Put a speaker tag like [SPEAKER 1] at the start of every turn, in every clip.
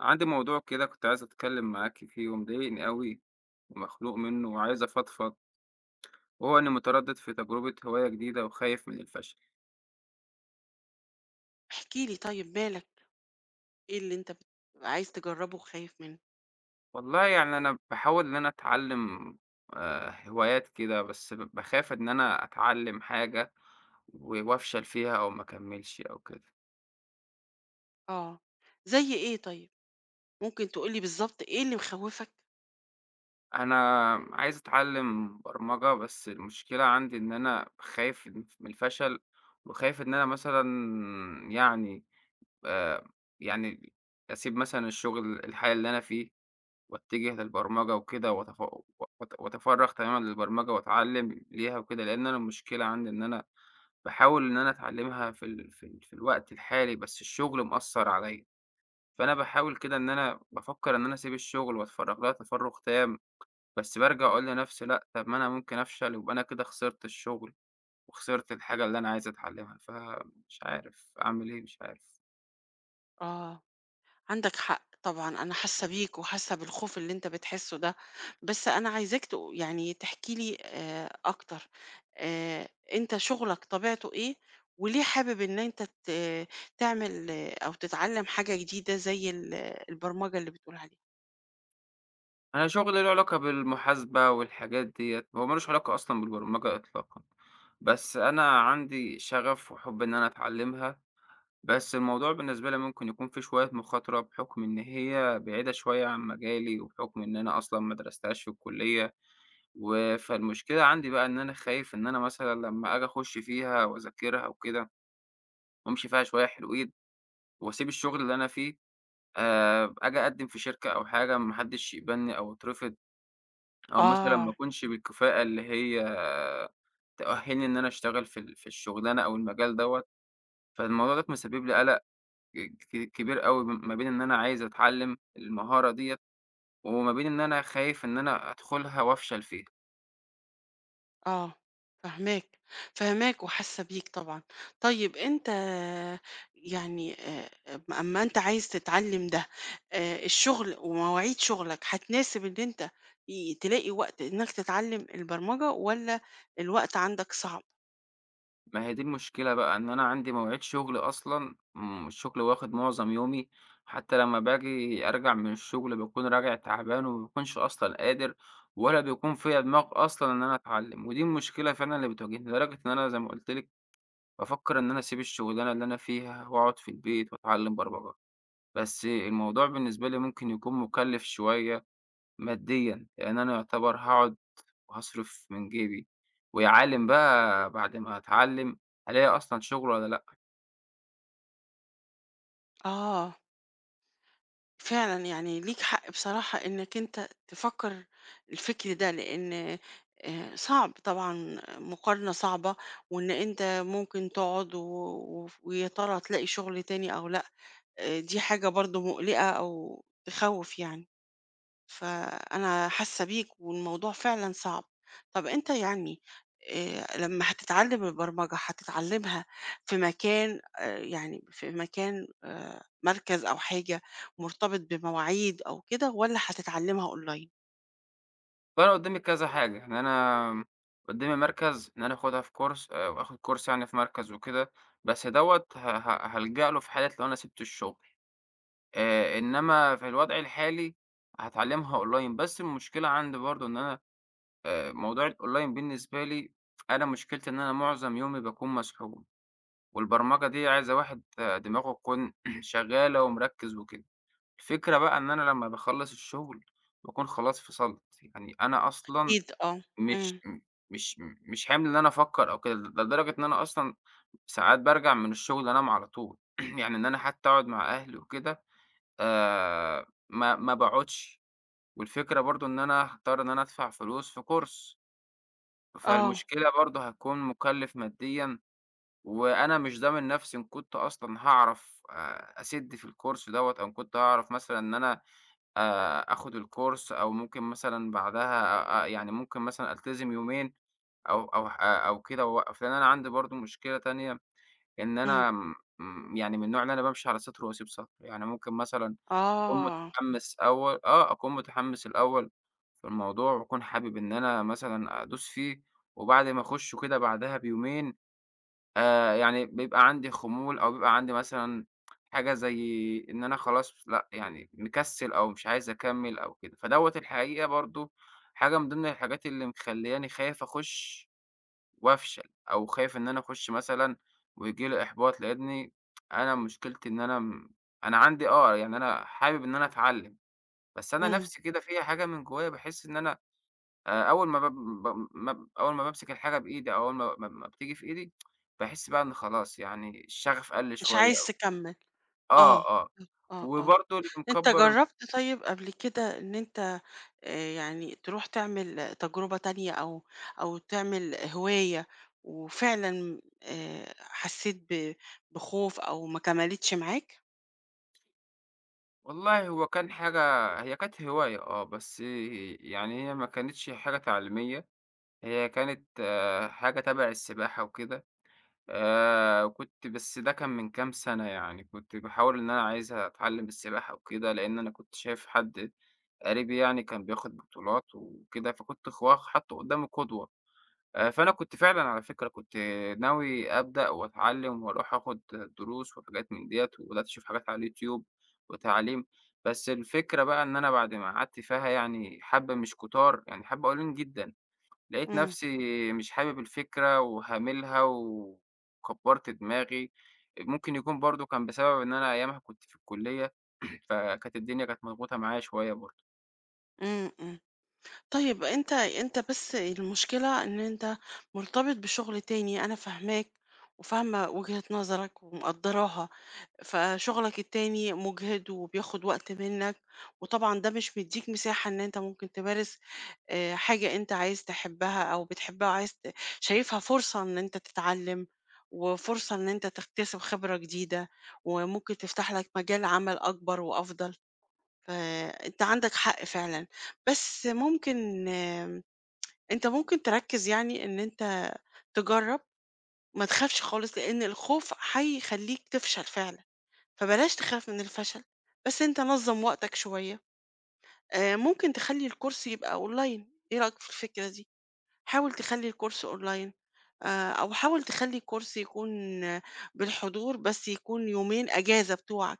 [SPEAKER 1] عندي موضوع كده كنت عايز أتكلم معاك فيه ومضايقني أوي، ومخنوق منه وعايز أفضفض، وهو إني متردد في تجربة هواية جديدة وخايف من الفشل.
[SPEAKER 2] احكِ لي طيب مالك، إيه اللي أنت عايز تجرّبه وخايف منه؟
[SPEAKER 1] والله يعني أنا بحاول إن أنا أتعلم هوايات كده، بس بخاف إن أنا أتعلم حاجة وأفشل فيها أو ما أكملش أو كده.
[SPEAKER 2] آه، زي إيه طيب؟ ممكن تقول لي بالضبط إيه اللي مخوّفك؟
[SPEAKER 1] أنا عايز أتعلّم برمجة، بس المشكلة عندي إن أنا خايف من الفشل، وخايف إن أنا مثلًا، يعني آآ، يعني أسيب مثلًا الشغل الحالي اللي أنا فيه، واتجه للبرمجة وكده وأتفرّغ تمامًا للبرمجة وأتعلّم ليها وكده، لإن أنا المشكلة عندي إن أنا باحاول إن أنا أتعلّمها في الوقت الحالي، بس الشغل مأثّر عليَّ، فأنا باحاول كده إن أنا بافكّر إن أنا أسيب الشغل وأتفرّغ لها تفرُّغ تام. بس بارجع أقول لنفسي لأ، طب ما أنا ممكن أفشل يبقى أنا كده خسرت الشغل، وخسرت الحاجة اللي أنا عايز أتعلمها، فمش عارف أعمل إيه، مش عارف.
[SPEAKER 2] آه، عندك حق طبعًا، أنا حاسة بيك وحاسة بالخوف اللي أنت بتحسه ده، بس أنا عايزاك يعني تحكي لي أكتر. أنت شغلك طبيعته إيه، وليه حابب إن أنت ت تعمل آه، أو تتعلّم حاجة جديدة زي البرمجة اللي بتقول عليها؟
[SPEAKER 1] أنا شغلي له علاقة بالمحاسبة والحاجات ديّة، هو ما لوش علاقة أصلًا بالبرمجة إطلاقًا، بس أنا عندي شغف وحُب إن أنا أتعلمها، بس الموضوع بالنسبة لي ممكن يكون فيه شوية مخاطرة بحكم إن هي بعيدة شوية عن مجالي، وبحكم إن أنا أصلًا ما درستهاش في الكلية، فالمشكلة عندي بقى إن أنا خايف إن أنا مثلًا لمّا آجي أخش فيها وأذاكرها وكده وأمشي فيها شوية حلوين، وأسيب الشغل اللي أنا فيه، آجي أقدّم في شركة أو حاجة ما حدش يقبلني أو أترفض، أو مثلًا
[SPEAKER 2] آه.
[SPEAKER 1] ما أكونش بالكفاءة اللي هي تأهّلني إن أنا أشتغل في الشغلانة أو المجال دوّة، فالموضوع دوّة مسبب لي قلق كبير أوي ما بين إن أنا عايز أتعلّم المهارة ديّة، وما بين إن أنا خايف إن أنا أدخلها وأفشل فيها.
[SPEAKER 2] آه، فاهماك، فاهماك وحاسة بيك طبعًا. طيب أنت يعني أم أمّا أنت عايز تتعلّم ده، الشغل ومواعيد شغلك هتناسب إن أنت ي تلاقي وقت إنّك تتعلّم البرمجة والّا الوقت عندك صعب؟
[SPEAKER 1] ما هي دي المشكلة بقى، إن أنا عندي مواعيد شغل أصلًا، الشغل واخد معظم يومي، حتى لمّا باجي أرجع من الشغل باكون راجع تعبان وما باكونش أصلًا قادر، ولا بيكون فيّا دماغ أصلًا إن أنا أتعلم، ودي المشكلة فعلًا اللي بتواجهني، لدرجة إن أنا زي ما قُلت لِك بافكر إن أنا أسيب الشغلانة اللي أنا فيها وأقعد في البيت وأتعلم برمجة، بس الموضوع بالنسبة لي ممكن يكون مُكلِّف شوية ماديًا، لإن أنا يعتبر هاقعد وهاصرف من جيبي، ويا عالِم بقى بعد ما أتعلّم هالاقي أصلًا شُغل والّا لأ.
[SPEAKER 2] آه. فعلًا، يعني ليك حق بصراحة إنك أنت تفكّر الفكر ده، لإن صعب طبعًا، مقارنة صعبة، وإن أنت ممكن تقعد و وف ويا ترى هتلاقي شغل تاني أو لأ. دي حاجة برضه مقلقة أو تخوّف يعني. فأنا حاسة بيك والموضوع فعلًا صعب. طَب أنت يعني لمّا هتتعلّم البرمجة، هتتعلّمها في مكان يعني في مكان مركز أو حاجة مرتبط بمواعيد أو كده والّا هتتعلّمها أونلاين؟
[SPEAKER 1] فأنا قُدّامي كذا حاجة، يعني أنا قُدّامي مركز إن أنا آخُدها في كورس، وآخُد كورس يعني في مركز وكده، بس دوّة ه ه هالجأ له في حالة لو أنا سِبت الشُغل، إنّما في الوضع الحالي هاتعلّمها أونلاين، بس المشكلة عندي برضه إن أنا، موضوع الأونلاين بالنسبة لي أنا مشكلتي إن أنا مُعظم يومي باكون مسحول، والبرمجة دي عايزة واحد دماغه تكون شغّالة ومركِّز وكده. الفكرة بقى إن أنا لمّا باخلّص الشغل، باكون خلاص فصلت، يعني أنا أصلًا
[SPEAKER 2] أكيد آه.
[SPEAKER 1] مش
[SPEAKER 2] إمم.
[SPEAKER 1] م مش حِمل إن أنا أفكّر أو كده، ده لدرجة إن أنا أصلًا ساعات بارجع من الشغل أنام على طول. يعني إن أنا حتى أقعد مع أهلي وكده ما ما باقعدش، والفكرة برضه إن أنا هاضطر إن أنا أدفع فلوس في كورس،
[SPEAKER 2] آه.
[SPEAKER 1] فالمشكلة برضه هتكون مُكلِّف ماديًا، وأنا مش ضامن نَفْسي إن كنت أصلًا هاعرف أسِد في الكورس دوّة أو إن كنت هاعرف مثلًا إن أنا آخُد الcourse، أو ممكن مثلًا بعدها أ أ يعني ممكن مثلًا ألتزم يومين أو كده وأوقّف، لإن أنا عندي برضه مشكلة تانية إن
[SPEAKER 2] إمم.
[SPEAKER 1] أنا م م يعني من النوع اللي أنا بامشي على سَطْر وأسيب سَطْر، يعني ممكن مثلًا
[SPEAKER 2] آه.
[SPEAKER 1] أكون متحمّس الأول في الموضوع وأكون حابب إن أنا مثلًا أدوس فيه، وبعد ما أخُش كده بعدها بيومين، يعني بيبقى عندي خمول أو بيبقى عندي مثلًا حاجة زي إن أنا خلاص لأ، يعني مكسِّل أو مش عايز أكمّل أو كده. فدوّة الحقيقة برضه حاجة من ضمن الحاجات اللي مخلّياني خايف أخُش وأفشل، أو خايف إن أنا أخُش مثلًا وييجي لي إحباط، لإنّي أنا مشكلتي إن أنا م أنا عندي يعني أنا حابب إن أنا أتعلّم، بس أنا
[SPEAKER 2] إمم.
[SPEAKER 1] نَفْسي كده فيّا حاجة من جوّايا باحس إن أنا أول ما باب ب ما أول ما بامسك الحاجة بإيدي أو أول ما بتيجي في إيدي، باحس بقى إن خلاص يعني الشغف قَل
[SPEAKER 2] مش
[SPEAKER 1] شوية
[SPEAKER 2] عايز
[SPEAKER 1] أو.
[SPEAKER 2] تكمّل.
[SPEAKER 1] آه،
[SPEAKER 2] آه.
[SPEAKER 1] آه.
[SPEAKER 2] آه، آه.
[SPEAKER 1] وبرضه اللي
[SPEAKER 2] أنت
[SPEAKER 1] مكبّر.
[SPEAKER 2] جرّبت طيب قبل
[SPEAKER 1] إمم.
[SPEAKER 2] كده إن أنت يعني تروح تعمل تجربة تانية أو أو تعمل هواية وفعلًا حسّيت بخوف أو ما كملِتش معاك؟
[SPEAKER 1] والله هو كان حاجة، هي كانت هواية، بس يعني هي ما كانتش حاجة تعليمية، هي كانت حاجة تَبَع السباحة وكده. وكنت بس ده كان من كام سَنة يعني، كنت باحاول إن أنا عايز أتعلّم السباحة وكده، لإن أنا كنت شايف حد قريبي يعني كان بياخد بطولات وكده، فكنت خوا حاطّه قدّامي قدوة، فأنا كنت فعلًا على فكرة كنت ناوي أبدأ وأتعلّم وأروح آخد دروس وحاجات من ديّة، وبدأت أشوف حاجات على اليوتيوب وتعليم، بس الفكرة بقى إن أنا بعد ما قعدت فيها يعني حبّة مش كتار، يعني حبّة قليلين جدًا، لقيت
[SPEAKER 2] إمم،
[SPEAKER 1] نفسي مش حابب الفكرة وهاملها وكبّرت دماغي، ممكن يكون برضه كان بسبب إن أنا أيامها كنت في الكلية، فكانت الدنيا كانت مضغوطة معايا شوية برضه.
[SPEAKER 2] إمم، إمم. طيب أنت بس المشكلة إن أنت مرتبط بشغل تاني، أنا فاهماك وفاهمة وجهة نظرك ومقدّراها. فشغلك التاني مجهد وبياخد وقت منك وطبعا ده مش مديك مساحة ان انت ممكن تمارس آه، حاجة انت عايز تحبها او بتحبها وعايز ت- شايفها فرصة ان انت تتعلم وفرصة ان انت تكتسب خبرة جديدة وممكن تفتح لك مجال عمل اكبر وافضل فانت عندك حق فعلا بس ممكن انت ممكن تركز يعني ان انت تجرب ما تخافش خالص لان الخوف هيخليك تفشل فعلا فبلاش تخاف من الفشل بس أنت نظم وقتك شوية آه، ممكن تخلي الكورس يبقى أونلاين. إيه رأيك في الفكرة دي؟ حاول تخلي الكورس أونلاين آه، أو حاول تخلي الكورس يكون آه، بالحضور بس يكون يومين أجازة بتوعك،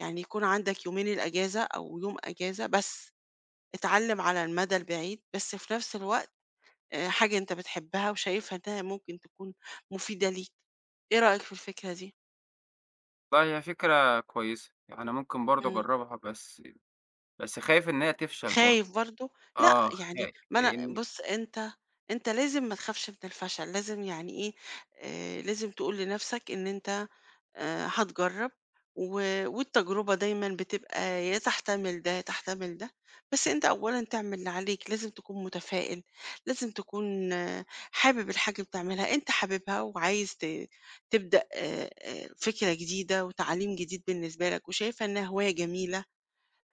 [SPEAKER 2] يعني يكون عندك يومين الأجازة أو يوم أجازة بس، اتعلم على المدى البعيد بس في نفس الوقت آه، حاجة أنت بتحبها وشايفها إنها ممكن تكون مفيدة ليك. إيه رأيك في الفكرة دي؟
[SPEAKER 1] والله هي فكرة كويسة، يعني ممكن برضه
[SPEAKER 2] مم.
[SPEAKER 1] أجرّبها، بس خايف إن هي تفشل برضه،
[SPEAKER 2] خايف برضه؟ لأ،
[SPEAKER 1] آه
[SPEAKER 2] يعني
[SPEAKER 1] خايف
[SPEAKER 2] ما أنا
[SPEAKER 1] لإني.
[SPEAKER 2] بُص، أنت لازم ما تخافش من الفشل، لازم يعني إيه، لازم تقول لنفْسك إن أنت هتجرّب و والتجربة دايمًا بتبقى يا تحتمل ده، يا تحتمل ده، بس أنت أولًا تعمل اللي عليك، لازم تكون متفائل، لازم تكون آه، حابب الحاجة اللي بتعملها، أنت حاببها وعايز تبدأ فكرة جديدة وتعليم جديد بالنسبة لك وشايفها إنها هواية جميلة.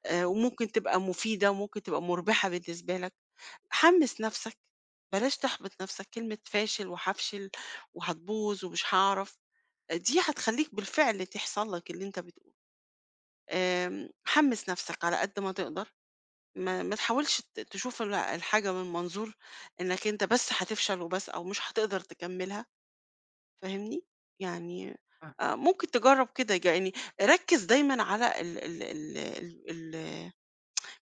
[SPEAKER 2] وممكن تبقى مفيدة وممكن تبقى مُربحة بالنسبة لك، حمِّس نَفْسك، بلاش تحبط نَفْسك، كلمة فاشل وهافشل وهتبوظ ومش هاعرف، دي هتخلّيك بالفعل تحصل لك اللي أنت بتقوله. حمِّس نَفْسك على قد ما تقدر، ما تحاولش تشوف الحاجة من منظور إنّك أنت بس هتفشل وبس أو مش هتقدر تكمّلها، فاهمني؟ يعني
[SPEAKER 1] فاهمِك،
[SPEAKER 2] ممكن تجرّب كده، يعني ركِّز دايمًا على ال ال ال ال ال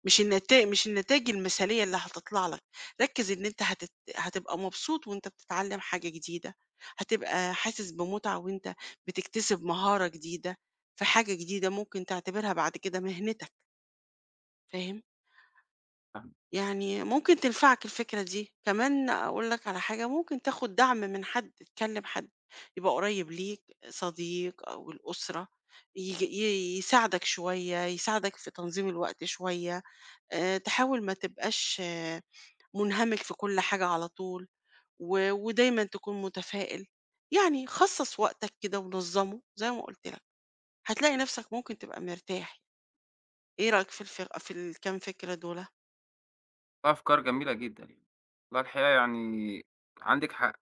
[SPEAKER 2] مش مش النتايج المثالية اللي هتطلع لك، ركّز إن أنت هتبقى مبسوط وأنت بتتعلّم حاجة جديدة، هتبقى حاسس بمتعة وأنت بتكتسب مهارة جديدة في حاجة جديدة ممكن تعتبرها بعد كده مهنتك، فاهم؟
[SPEAKER 1] فاهمِك.
[SPEAKER 2] يعني ممكن تنفعك الفكرة دي، كمان أقول لك على حاجة، ممكن تاخد دعم من حد، تكلّم حد يبقى قريّب ليك، صديق أو الأسرة، يج ي يساعدك شوية، يساعدك في تنظيم الوقت شوية، تحاول ما تبقاش منهمك في كل حاجة على طول و... ودايما تكون متفائل، يعني خصص وقتك كده ونظمه زي ما قلت لك هتلاقي نفسك ممكن تبقى مرتاح. ايه رأيك في الكام فكرة دول؟
[SPEAKER 1] أفكار جميلة جدًا يعني، والله الحقيقة يعني عندِك حق،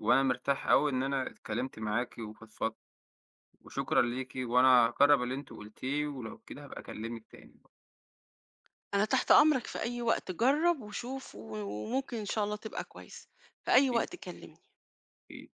[SPEAKER 1] وأنا مرتاح أوي إن أنا اتكلمت معاكِ وفضفضت، وشكرًا ليكِ وأنا هاجرّب اللي أنتِ قُلتيه ولو كده هابقى أكلمِك تاني.
[SPEAKER 2] انا تحت امرك في اي وقت، جرب وشوف و... وممكن ان شاء الله تبقى كويس، في اي
[SPEAKER 1] أكيد،
[SPEAKER 2] وقت كلمني.
[SPEAKER 1] أكيد.